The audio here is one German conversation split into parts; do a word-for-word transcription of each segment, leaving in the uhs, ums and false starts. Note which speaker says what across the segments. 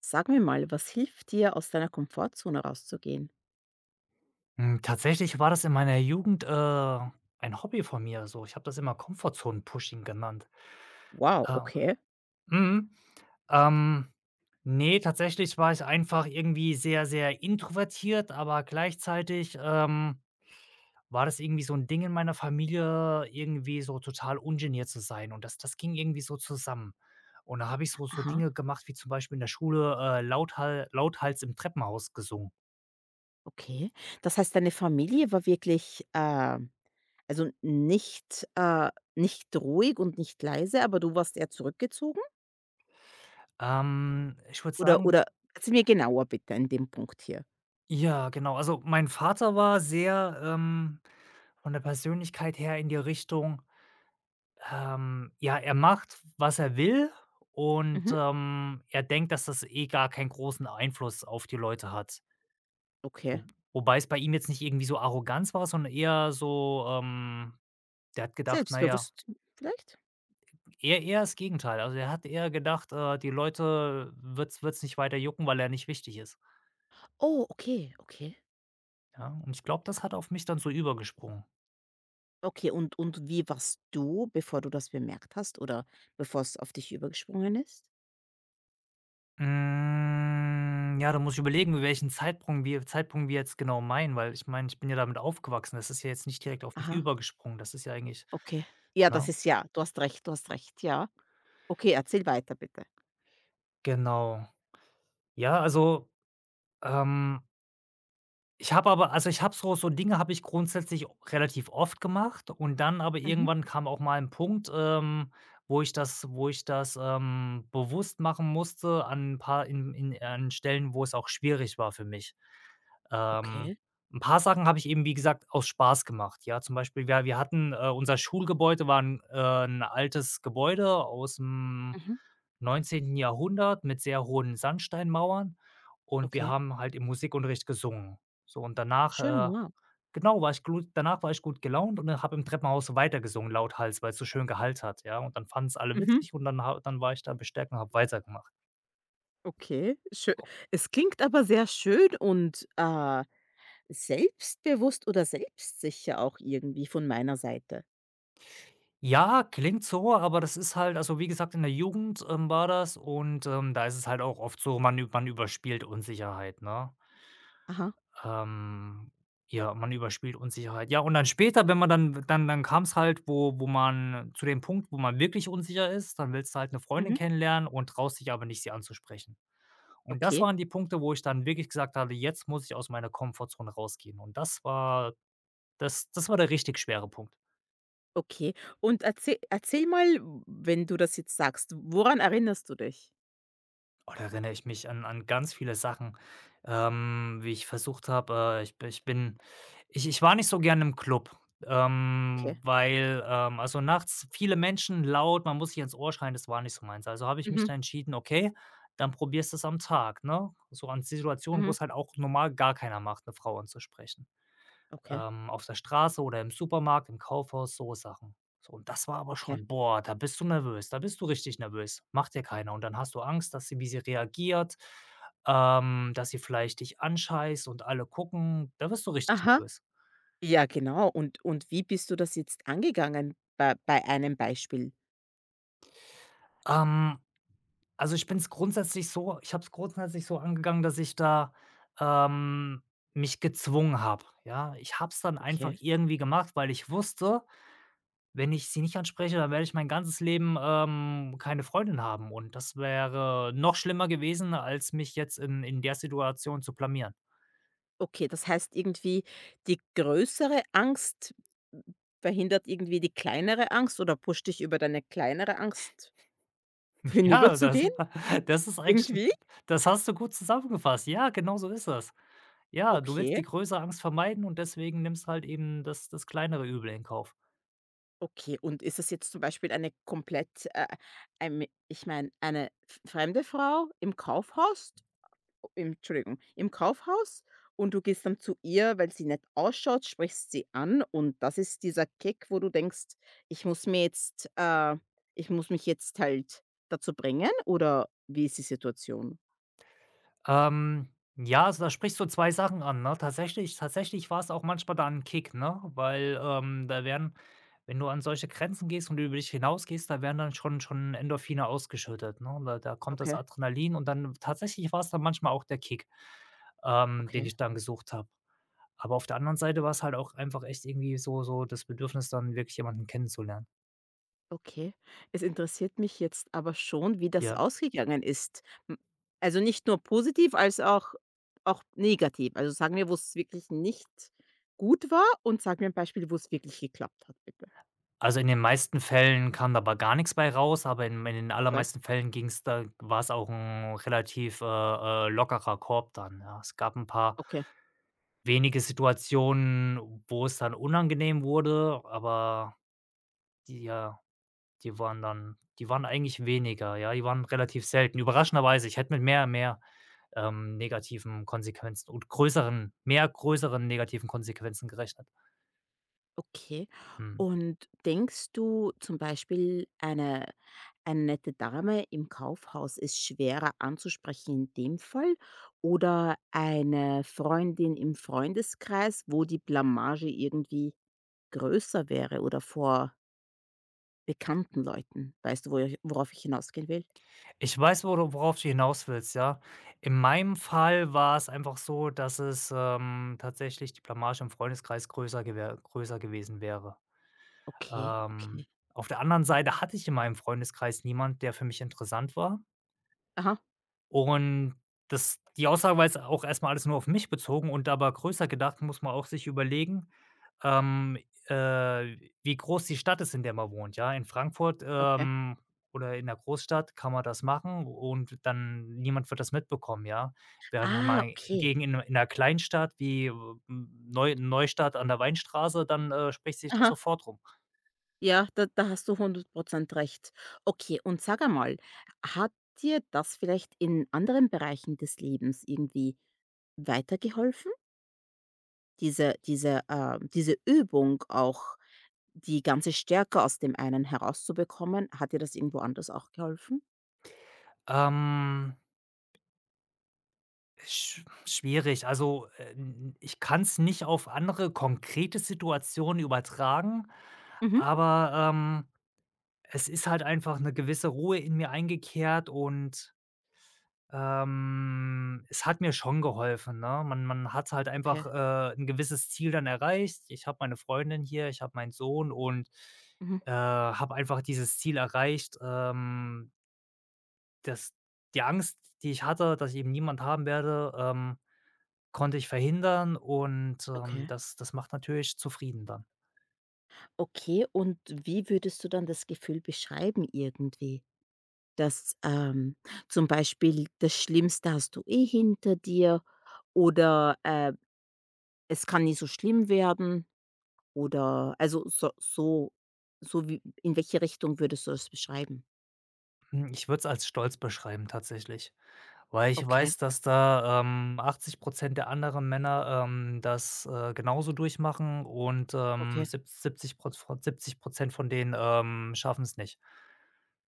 Speaker 1: Sag mir mal, was hilft dir, aus deiner Komfortzone rauszugehen?
Speaker 2: Hm, tatsächlich war das in meiner Jugend, äh, ein Hobby von mir so. Ich habe das immer Komfortzone-Pushing genannt.
Speaker 1: Wow,
Speaker 2: Äh,
Speaker 1: okay.
Speaker 2: mhm, ähm, ne, tatsächlich war ich einfach irgendwie sehr, sehr introvertiert, aber gleichzeitig, ähm, war das irgendwie so ein Ding in meiner Familie, irgendwie so total ungeniert zu sein, und das das ging irgendwie so zusammen. Und da habe ich so so
Speaker 1: Aha,
Speaker 2: Dinge gemacht wie zum Beispiel in der Schule, äh, lauthal lauthals im Treppenhaus gesungen.
Speaker 1: okay. Das heißt, deine Familie war wirklich, äh, also nicht, äh, nicht ruhig und nicht leise, aber du warst eher zurückgezogen?
Speaker 2: Ähm, ich würde
Speaker 1: Oder,
Speaker 2: sagen.
Speaker 1: oder erzähl mir genauer bitte in dem Punkt hier.
Speaker 2: Ja, genau. Also, mein Vater war sehr, ähm, von der Persönlichkeit her in die Richtung, ähm, ja, er macht, was er will, und,
Speaker 1: Mhm,
Speaker 2: ähm, er denkt, dass das eh gar keinen großen Einfluss auf die Leute hat.
Speaker 1: okay.
Speaker 2: Wo Wobei es bei ihm jetzt nicht irgendwie so Arroganz war, sondern eher so, ähm der hat gedacht, naja,
Speaker 1: Selbstbewusst vielleicht?
Speaker 2: eher eher das Gegenteil. Also, er hat eher gedacht, äh, die Leute wird's wird's nicht weiter jucken, weil er nicht wichtig ist,
Speaker 1: Oh, okay, okay.
Speaker 2: ja? Und ich glaube, das hat auf mich dann so übergesprungen.
Speaker 1: Okay, und, und wie warst du, bevor du das bemerkt hast oder bevor es auf dich übergesprungen ist?
Speaker 2: Hm, ja, da muss ich überlegen, welchen Zeitpunkt wir Zeitpunkt wir jetzt genau meinen, weil ich meine, ich bin ja damit aufgewachsen. Das ist ja jetzt nicht direkt auf mich
Speaker 1: Aha.
Speaker 2: übergesprungen. Das ist ja eigentlich,
Speaker 1: Okay. Ja, das
Speaker 2: ne?
Speaker 1: ist ja, du hast recht, du hast recht, ja. Okay, erzähl weiter bitte.
Speaker 2: Genau. Ja, also, ähm, ich habe aber also, ich habe so so Dinge habe ich grundsätzlich o- relativ oft gemacht, und dann aber
Speaker 1: Mhm.
Speaker 2: irgendwann kam auch mal ein Punkt, ähm, wo ich das wo ich das, ähm, bewusst machen musste an ein paar in in an Stellen, wo es auch schwierig war für mich. Ähm,
Speaker 1: Okay.
Speaker 2: 'n paar Sachen habe ich eben, wie gesagt, aus Spaß gemacht, ja. Zum Beispiel, wir wir hatten, äh unser Schulgebäude war ein äh, 'n altes Gebäude aus dem
Speaker 1: Mhm,
Speaker 2: neunzehnten Jahrhundert mit sehr hohen Sandsteinmauern, und wir
Speaker 1: okay.
Speaker 2: haben halt im Musikunterricht gesungen. So, und danach,
Speaker 1: Schön,
Speaker 2: äh
Speaker 1: wow.
Speaker 2: genau, war ich glut danach war ich gut gelaunt und habe im Treppenhaus weitergesungen, laut Hals, weil es so schön gehallt hat, ja. Und dann fanden es alle
Speaker 1: Mhm.
Speaker 2: witzig, und dann ha dann war ich da bestärkt und habe weitergemacht.
Speaker 1: Okay, schö Es klingt aber sehr schön und, äh, selbstbewusst oder selbstsicher auch irgendwie von meiner Seite.
Speaker 2: Ja, klingt so, aber das ist halt, also, wie gesagt, in der Jugend, ähm, war das, und, ähm, da ist es halt auch oft so, man ü man überspielt Unsicherheit, ne?
Speaker 1: Aha.
Speaker 2: Ähm, ja, man überspielt Unsicherheit. Ja, und dann später, wenn man dann dann dann kam es halt, wo wo man zu dem Punkt, wo man wirklich unsicher ist, dann willst du halt eine Freundin
Speaker 1: Mhm.
Speaker 2: kennenlernen und traust dich aber nicht, sie anzusprechen. Und das
Speaker 1: Okay,
Speaker 2: waren die Punkte, wo ich dann wirklich gesagt habe: „Jetzt muss ich aus meiner Komfortzone rausgehen.“ Und das war das das war der richtig schwere Punkt.
Speaker 1: okay. Und erzähl erzähl mal, w wenn du das jetzt sagst, woran erinnerst du dich?
Speaker 2: Oh, da erinnere ich mich an an ganz viele Sachen, ähm, wie ich versucht habe. Äh, ich b ich bin ich ich war nicht so gern im Club,
Speaker 1: Okay.
Speaker 2: ähm, weil, ähm also, nachts viele Menschen, laut, man muss sich ins Ohr schreien, das war nicht so meins. Also, habe ich mich
Speaker 1: Mhm,
Speaker 2: da entschieden: „Okay, dann probierst du es am Tag“, ne? So an Situationen, wo
Speaker 1: mhm.
Speaker 2: es halt auch normal gar keiner macht, eine Frau anzusprechen,
Speaker 1: Okay,
Speaker 2: ähm, auf der Straße oder im Supermarkt, im Kaufhaus, so Sachen. So, und das war aber
Speaker 1: okay.
Speaker 2: schon, boah, da bist du nervös, da bist du richtig nervös, macht dir keiner. Und dann hast du Angst, dass sie, wie sie reagiert, ähm, dass sie vielleicht dich anscheißt und alle gucken, da wirst du richtig
Speaker 1: Aha.
Speaker 2: nervös.
Speaker 1: Ja, genau. Und und wie bist du das jetzt angegangen bei bei einem Beispiel?
Speaker 2: Ähm, also ich bin es grundsätzlich so ich habe es grundsätzlich so angegangen, dass ich da, ähm, mich gezwungen habe, ja? Ich habe es dann einfach
Speaker 1: Okay.
Speaker 2: irgendwie gemacht, weil ich wusste: Wenn ich sie nicht anspreche, dann werde ich mein ganzes Leben, ähm, keine Freundin haben, und das wäre noch schlimmer gewesen, als mich jetzt in in der Situation zu blamieren.
Speaker 1: Okay, das heißt irgendwie, die größere Angst verhindert irgendwie die kleinere Angst oder pusht dich über deine kleinere Angst
Speaker 2: Ja, das
Speaker 1: hinüberzugehen
Speaker 2: das ist eigentlich schon,
Speaker 1: irgendwie?
Speaker 2: das hast du gut zusammengefasst. Ja, genau so ist das. Ja, du willst die
Speaker 1: Okay,
Speaker 2: größere Angst vermeiden, und deswegen nimmst halt eben das das kleinere Übel in Kauf.
Speaker 1: okay. Und ist das jetzt zum Beispiel eine komplett, äh, ein, ich meine, eine fremde Frau im Kaufhaus? Im Entschuldigung, im Kaufhaus, und du gehst dann zu ihr, weil sie nett ausschaut, sprichst sie an, und das ist dieser Kick, wo du denkst: „Ich muss mir jetzt äh, ich muss mich jetzt halt dazu bringen“, oder wie ist die Situation?
Speaker 2: Ähm, ja, also da sprichst du zwei Sachen an, ne? Tatsächlich tatsächlich war es auch manchmal dann 'n Kick, ne? Weil, ähm, da werden wenn du an solche Grenzen gehst und über dich hinausgehst, da werden dann schon schon Endorphine ausgeschüttet, ne? Da da kommt das
Speaker 1: Okay,
Speaker 2: Adrenalin, und dann tatsächlich war es dann manchmal auch der Kick, ähm, den
Speaker 1: okay,
Speaker 2: ich dann gesucht habe. Aber auf der anderen Seite war es halt auch einfach echt irgendwie so so das Bedürfnis, dann wirklich jemanden kennenzulernen.
Speaker 1: okay. Es interessiert mich jetzt aber schon, wie das
Speaker 2: Ja.
Speaker 1: ausgegangen ist. M Also, nicht nur positiv, als auch auch negativ. Also, sag mir, wo es wirklich nicht gut war, und sag mir ein Beispiel, wo es wirklich geklappt hat, bitte.
Speaker 2: Also, in den meisten Fällen kam da aber gar nichts bei raus, aber in in den
Speaker 1: Okay,
Speaker 2: allermeisten Fällen ging's da war es auch ein relativ, äh, äh, lockerer Korb dann, ja. Es gab ein paar
Speaker 1: okay.
Speaker 2: wenige Situationen, wo es dann unangenehm wurde, aber die, ja, die waren dann die waren eigentlich weniger, ja. Die waren relativ selten. Überraschenderweise, ich hätte mit mehr mehr, ähm, negativen Konsequenzen und größeren mehr größeren negativen Konsequenzen gerechnet.
Speaker 1: Okay.
Speaker 2: Mhm.
Speaker 1: Und denkst du zum Beispiel, eine, eine nette Dame im Kaufhaus ist schwerer anzusprechen in dem Fall, oder eine Freundin im Freundeskreis, wo die Blamage irgendwie größer wäre, oder vor bekannten Leuten? Weißt du, wo ich, worauf ich hinausgehen will?
Speaker 2: Ich weiß, wo du worauf du hinaus willst, ja. In meinem Fall war es einfach so, dass es, ähm, tatsächlich die Blamage im Freundeskreis größer gewä größer gewesen wäre.
Speaker 1: Okay,
Speaker 2: Ähm,
Speaker 1: okay.
Speaker 2: auf der anderen Seite hatte ich in meinem Freundeskreis niemand, der für mich interessant war.
Speaker 1: Aha,
Speaker 2: Und das die Aussage war jetzt auch erstmal alles nur auf mich bezogen, und aber größer gedacht muss man auch sich überlegen, ähm, äh, wie groß die Stadt ist, in der man wohnt, ja. In Frankfurt,
Speaker 1: okay.
Speaker 2: ähm, oder in 'ner Großstadt kann man das machen, und dann niemand wird das mitbekommen, ja. Während wenn
Speaker 1: Ah,
Speaker 2: man
Speaker 1: okay.
Speaker 2: gegen in 'ner in 'ner Kleinstadt wie, hm, Neu Neustadt an der Weinstraße, dann, äh, spricht sich das
Speaker 1: Aha.
Speaker 2: sofort rum.
Speaker 1: Ja, da da hast du hundert Prozent recht. Okay, und sag einmal, hat dir das vielleicht in anderen Bereichen des Lebens irgendwie weitergeholfen? Diese diese, äh diese Übung auch, die ganze Stärke aus dem einen herauszubekommen, hat dir das irgendwo anders auch geholfen?
Speaker 2: Ähm, sch Schwierig. Also, äh, n ich kann's nicht auf andere konkrete Situationen übertragen,
Speaker 1: Mhm.
Speaker 2: aber, ähm es ist halt einfach eine gewisse Ruhe in mir eingekehrt, und, ähm, es hat mir schon geholfen, ne? Man man hat halt
Speaker 1: Okay.
Speaker 2: einfach, äh, 'n gewisses Ziel dann erreicht. Ich habe meine Freundin hier, ich habe meinen Sohn, und,
Speaker 1: Mhm.
Speaker 2: äh, habe einfach dieses Ziel erreicht, ähm, dass die Angst, die ich hatte, dass ich eben niemand haben werde, ähm, konnte ich verhindern und, ähm,
Speaker 1: Okay.
Speaker 2: das das macht natürlich zufrieden dann.
Speaker 1: Okay, und wie würdest du dann das Gefühl beschreiben irgendwie? Dass, ähm, zum Beispiel das Schlimmste hast du eh hinter dir oder, äh, es kann nicht so schlimm werden, oder also so so so, wie, in welche Richtung würdest du das beschreiben?
Speaker 2: Hm, ich würde es als stolz beschreiben tatsächlich. Weil ich
Speaker 1: Okay,
Speaker 2: weiß, dass da, ähm, achtzig Prozent der anderen Männer, ähm, das, äh, genauso durchmachen, und, ähm,
Speaker 1: okay.
Speaker 2: sieb siebzig Proz von siebzig von denen, ähm, schaffen es nicht.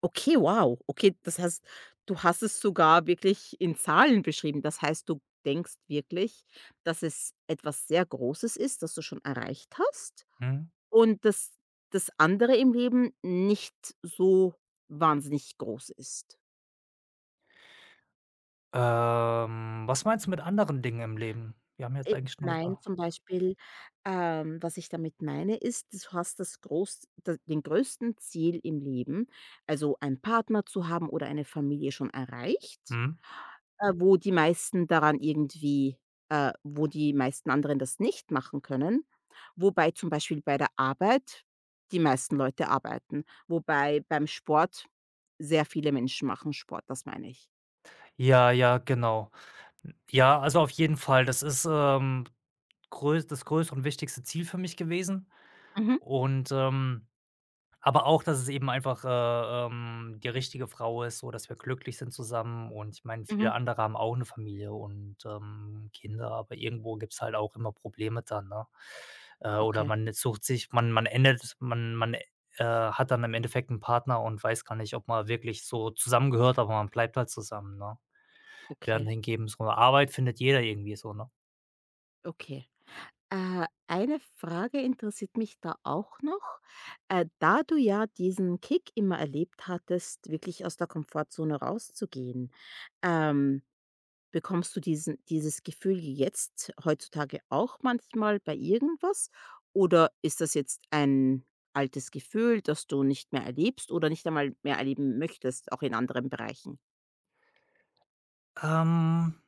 Speaker 1: Okay, wow. Okay, das heißt, du hast es sogar wirklich in Zahlen beschrieben. Das heißt, du denkst wirklich, dass es etwas sehr Großes ist, das du schon erreicht hast,
Speaker 2: Mhm.
Speaker 1: und dass das andere im Leben nicht so wahnsinnig groß ist?
Speaker 2: Ähm, was meinst du mit anderen Dingen im Leben? Wir haben jetzt
Speaker 1: Ich
Speaker 2: eigentlich nur
Speaker 1: meine
Speaker 2: über.
Speaker 1: zum Beispiel, ähm was ich damit meine, ist, du hast das groß d den größten Ziel im Leben, also einen Partner zu haben oder eine Familie schon erreicht,
Speaker 2: Mhm.
Speaker 1: äh, wo die meisten daran irgendwie äh, wo die meisten anderen das nicht machen können. Wobei zum Beispiel bei der Arbeit die meisten Leute arbeiten, wobei beim Sport sehr viele Menschen machen Sport, das meine ich.
Speaker 2: Ja, ja, genau. Ja, also auf jeden Fall. Das ist, ähm, größ das größte und wichtigste Ziel für mich gewesen,
Speaker 1: Mhm,
Speaker 2: und, ähm aber auch, dass es eben einfach, äh, ähm, die richtige Frau ist, so dass wir glücklich sind zusammen, und ich meine,
Speaker 1: mhm.
Speaker 2: viele andere haben auch eine Familie und, ähm, Kinder, aber irgendwo gibt's halt auch immer Probleme dann, ne? Äh, oder
Speaker 1: Okay,
Speaker 2: man sucht sich, man man endet, man man, äh, hat dann im Endeffekt einen Partner und weiß gar nicht, ob man wirklich so zusammengehört, aber man bleibt halt zusammen, ne? Während
Speaker 1: okay,
Speaker 2: hingegen so eine Arbeit findet jeder irgendwie so, ne?
Speaker 1: okay. Äh, eine Frage interessiert mich da auch noch. Äh, da du ja diesen Kick immer erlebt hattest, wirklich aus der Komfortzone rauszugehen, ähm, bekommst du diesen, dieses Gefühl jetzt heutzutage auch manchmal bei irgendwas? Oder ist das jetzt ein altes Gefühl, das du nicht mehr erlebst oder nicht einmal mehr erleben möchtest, auch in anderen Bereichen?
Speaker 2: Ähm.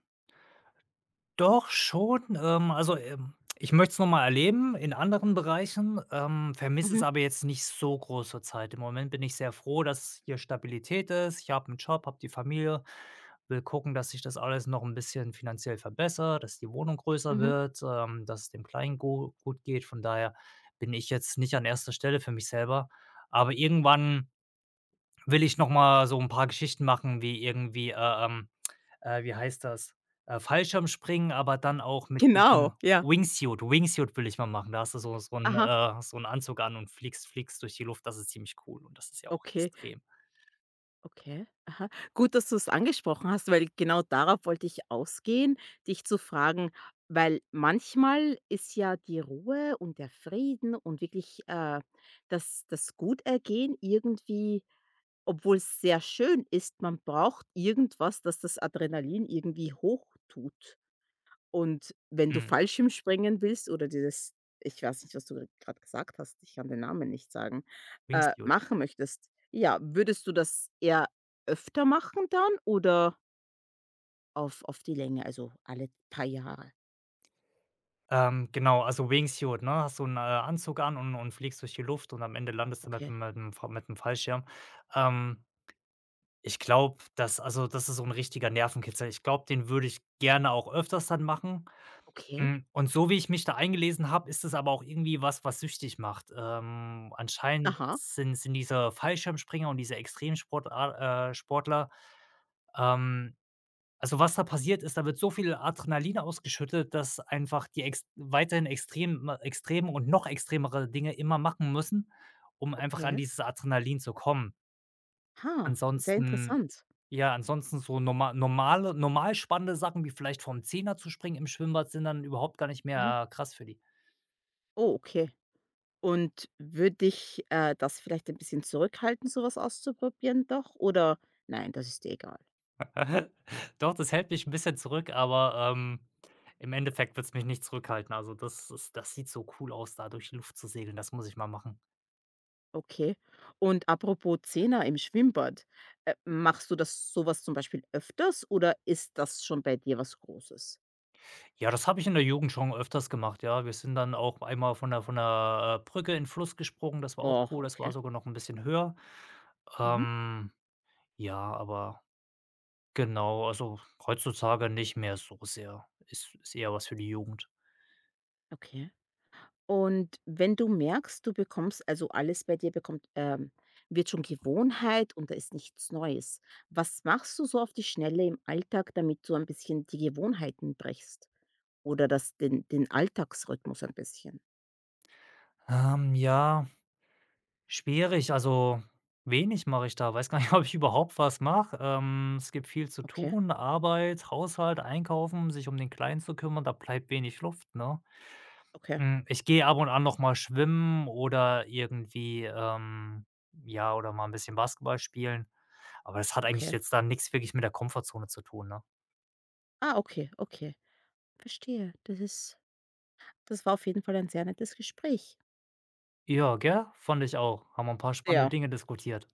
Speaker 2: Doch schon, ähm, also, ähm, ich möchte es noch mal erleben in anderen Bereichen, ähm, vermisse es
Speaker 1: Mhm,
Speaker 2: aber jetzt nicht so groß zur Zeit. Im Moment bin ich sehr froh, dass hier Stabilität ist. Ich habe einen Job, habe die Familie, will gucken, dass sich das alles noch ein bisschen finanziell verbessert, dass die Wohnung größer
Speaker 1: mhm.
Speaker 2: wird, ähm, dass es dem Kleinen gu gut geht. Von daher bin ich jetzt nicht an erster Stelle für mich selber. Aber irgendwann will ich noch mal so ein paar Geschichten machen, wie irgendwie, äh, ähm äh, wie heißt das, äh, Fallschirmspringen, aber dann auch mit
Speaker 1: Genau,
Speaker 2: diesem
Speaker 1: ja.
Speaker 2: Wingsuit. Wingsuit will ich mal machen. Da hast du so so 'n
Speaker 1: Aha,
Speaker 2: äh, so 'n Anzug an und fliegst fliegst durch die Luft. Das ist ziemlich cool, und das ist ja auch
Speaker 1: okay,
Speaker 2: extrem.
Speaker 1: okay. Gut, dass du es angesprochen hast, weil genau darauf wollte ich ausgehen, dich zu fragen, weil manchmal ist ja die Ruhe und der Frieden und wirklich, äh, das das Gutergehen irgendwie, obwohl es sehr schön ist, man braucht irgendwas, das das Adrenalin irgendwie hochtut. Und wenn du
Speaker 2: Mhm.
Speaker 1: Fallschirmspringen willst oder dieses, ich weiß nicht, was du gerade gesagt hast, ich kann den Namen nicht sagen, äh,
Speaker 2: Wingsuit.
Speaker 1: machen möchtest, ja, würdest du das eher öfter machen dann oder auf auf die Länge, also alle paar Jahre?
Speaker 2: Ähm, genau, also Wingsuit, ne? Hast so einen äh, Anzug an, und und fliegst durch die Luft, und am Ende landest du mit
Speaker 1: Okay,
Speaker 2: 'm mit 'm Fa mit 'm Fallschirm. Ähm, Ich glaube, das, also, das ist so ein richtiger Nervenkitzel. Ich glaube, den würde ich gerne auch öfters dann machen.
Speaker 1: okay,
Speaker 2: Hm, und so wie ich mich da eingelesen habe, ist es aber auch irgendwie was, was süchtig macht. Ähm, anscheinend
Speaker 1: aha,
Speaker 2: sind sind diese Fallschirmspringer und diese Extremsportler, äh, Sportler ähm, also was da passiert ist, da wird so viel Adrenalin ausgeschüttet, dass einfach die ex weiterhin extrem extreme und noch extremere Dinge immer machen müssen, um einfach an
Speaker 1: okay.
Speaker 2: dieses Adrenalin zu kommen.
Speaker 1: Ha, sehr
Speaker 2: Ansonsten,
Speaker 1: interessant.
Speaker 2: ja, ansonsten so norma normale normal spannende Sachen wie vielleicht vom Zehner zu springen im Schwimmbad sind dann überhaupt gar nicht
Speaker 1: Aha.
Speaker 2: mehr äh, krass für die.
Speaker 1: Oh, okay. Und würde dich, äh, das vielleicht ein bisschen zurückhalten, sowas auszuprobieren, doch, oder nein, das ist dir egal?
Speaker 2: Doch, das hält mich ein bisschen zurück, aber, ähm, im Endeffekt wird's mich nicht zurückhalten. Also, das ist das sieht so cool aus, da durch die Luft zu segeln. Das muss ich mal machen.
Speaker 1: Okay. Und apropos Zehner im Schwimmbad, äh, machst du das sowas zum Beispiel öfters, oder ist das schon bei dir was Großes?
Speaker 2: Ja, das habe ich in der Jugend schon öfters gemacht, ja. Wir sind dann auch einmal von der von 'ner, äh, Brücke in 'n Fluss gesprungen, das war auch
Speaker 1: Boah,
Speaker 2: cool. Das
Speaker 1: okay.
Speaker 2: war sogar noch ein bisschen höher.
Speaker 1: Mhm.
Speaker 2: Ähm, ja, aber genau, also, heutzutage nicht mehr so sehr. Ist ist eher was für die Jugend.
Speaker 1: Okay. Und wenn du merkst, du bekommst also alles bei dir bekommt, ähm, wird schon Gewohnheit und da ist nichts Neues. Was machst du so auf die Schnelle im Alltag, damit du ein bisschen die Gewohnheiten brichst oder das den den Alltagsrhythmus ein bisschen?
Speaker 2: Ähm, ja. Schwierig, also wenig mache ich da. Weiß gar nicht, ob ich überhaupt was mache. Ähm, es gibt viel zu
Speaker 1: Okay,
Speaker 2: tun, Arbeit, Haushalt, Einkaufen, sich um den Kleinen zu kümmern, da bleibt wenig Luft, ne?
Speaker 1: okay,
Speaker 2: Hm, ich gehe ab und an noch mal schwimmen oder irgendwie, ähm ja, oder mal ein bisschen Basketball spielen, aber das hat eigentlich
Speaker 1: okay.
Speaker 2: jetzt da nichts wirklich mit der Komfortzone zu tun, ne?
Speaker 1: Ah, okay, okay. Verstehe. Das ist Das war auf jeden Fall ein sehr nettes Gespräch.
Speaker 2: Ja, gell? Fand ich auch. Haben wir ein paar spannende
Speaker 1: Ja,
Speaker 2: Dinge diskutiert.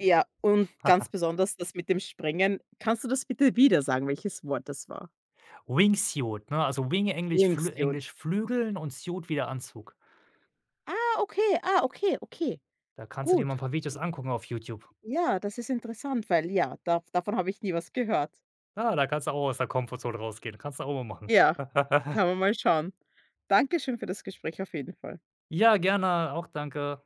Speaker 1: ja, und ganz besonders das mit dem Sprengen. Kannst du das bitte wieder sagen, welches Wort das war?
Speaker 2: Wingsuit, ne? Also, Wing, Englisch Flü
Speaker 1: Wingsuit.
Speaker 2: Englisch Flügeln, und Suit wieder Anzug.
Speaker 1: Ah, okay, ah, okay, okay,
Speaker 2: Da kannst du dir mal
Speaker 1: gut.
Speaker 2: ein paar Videos angucken auf YouTube.
Speaker 1: Ja, das ist interessant, weil, ja, dav davon habe ich nie was gehört.
Speaker 2: Ah, da kannst du auch aus der Komfortzone rausgehen. Kannst du auch mal machen.
Speaker 1: Ja, kann man mal schauen. Dankeschön für das Gespräch auf jeden Fall.
Speaker 2: Ja, gerne, auch danke.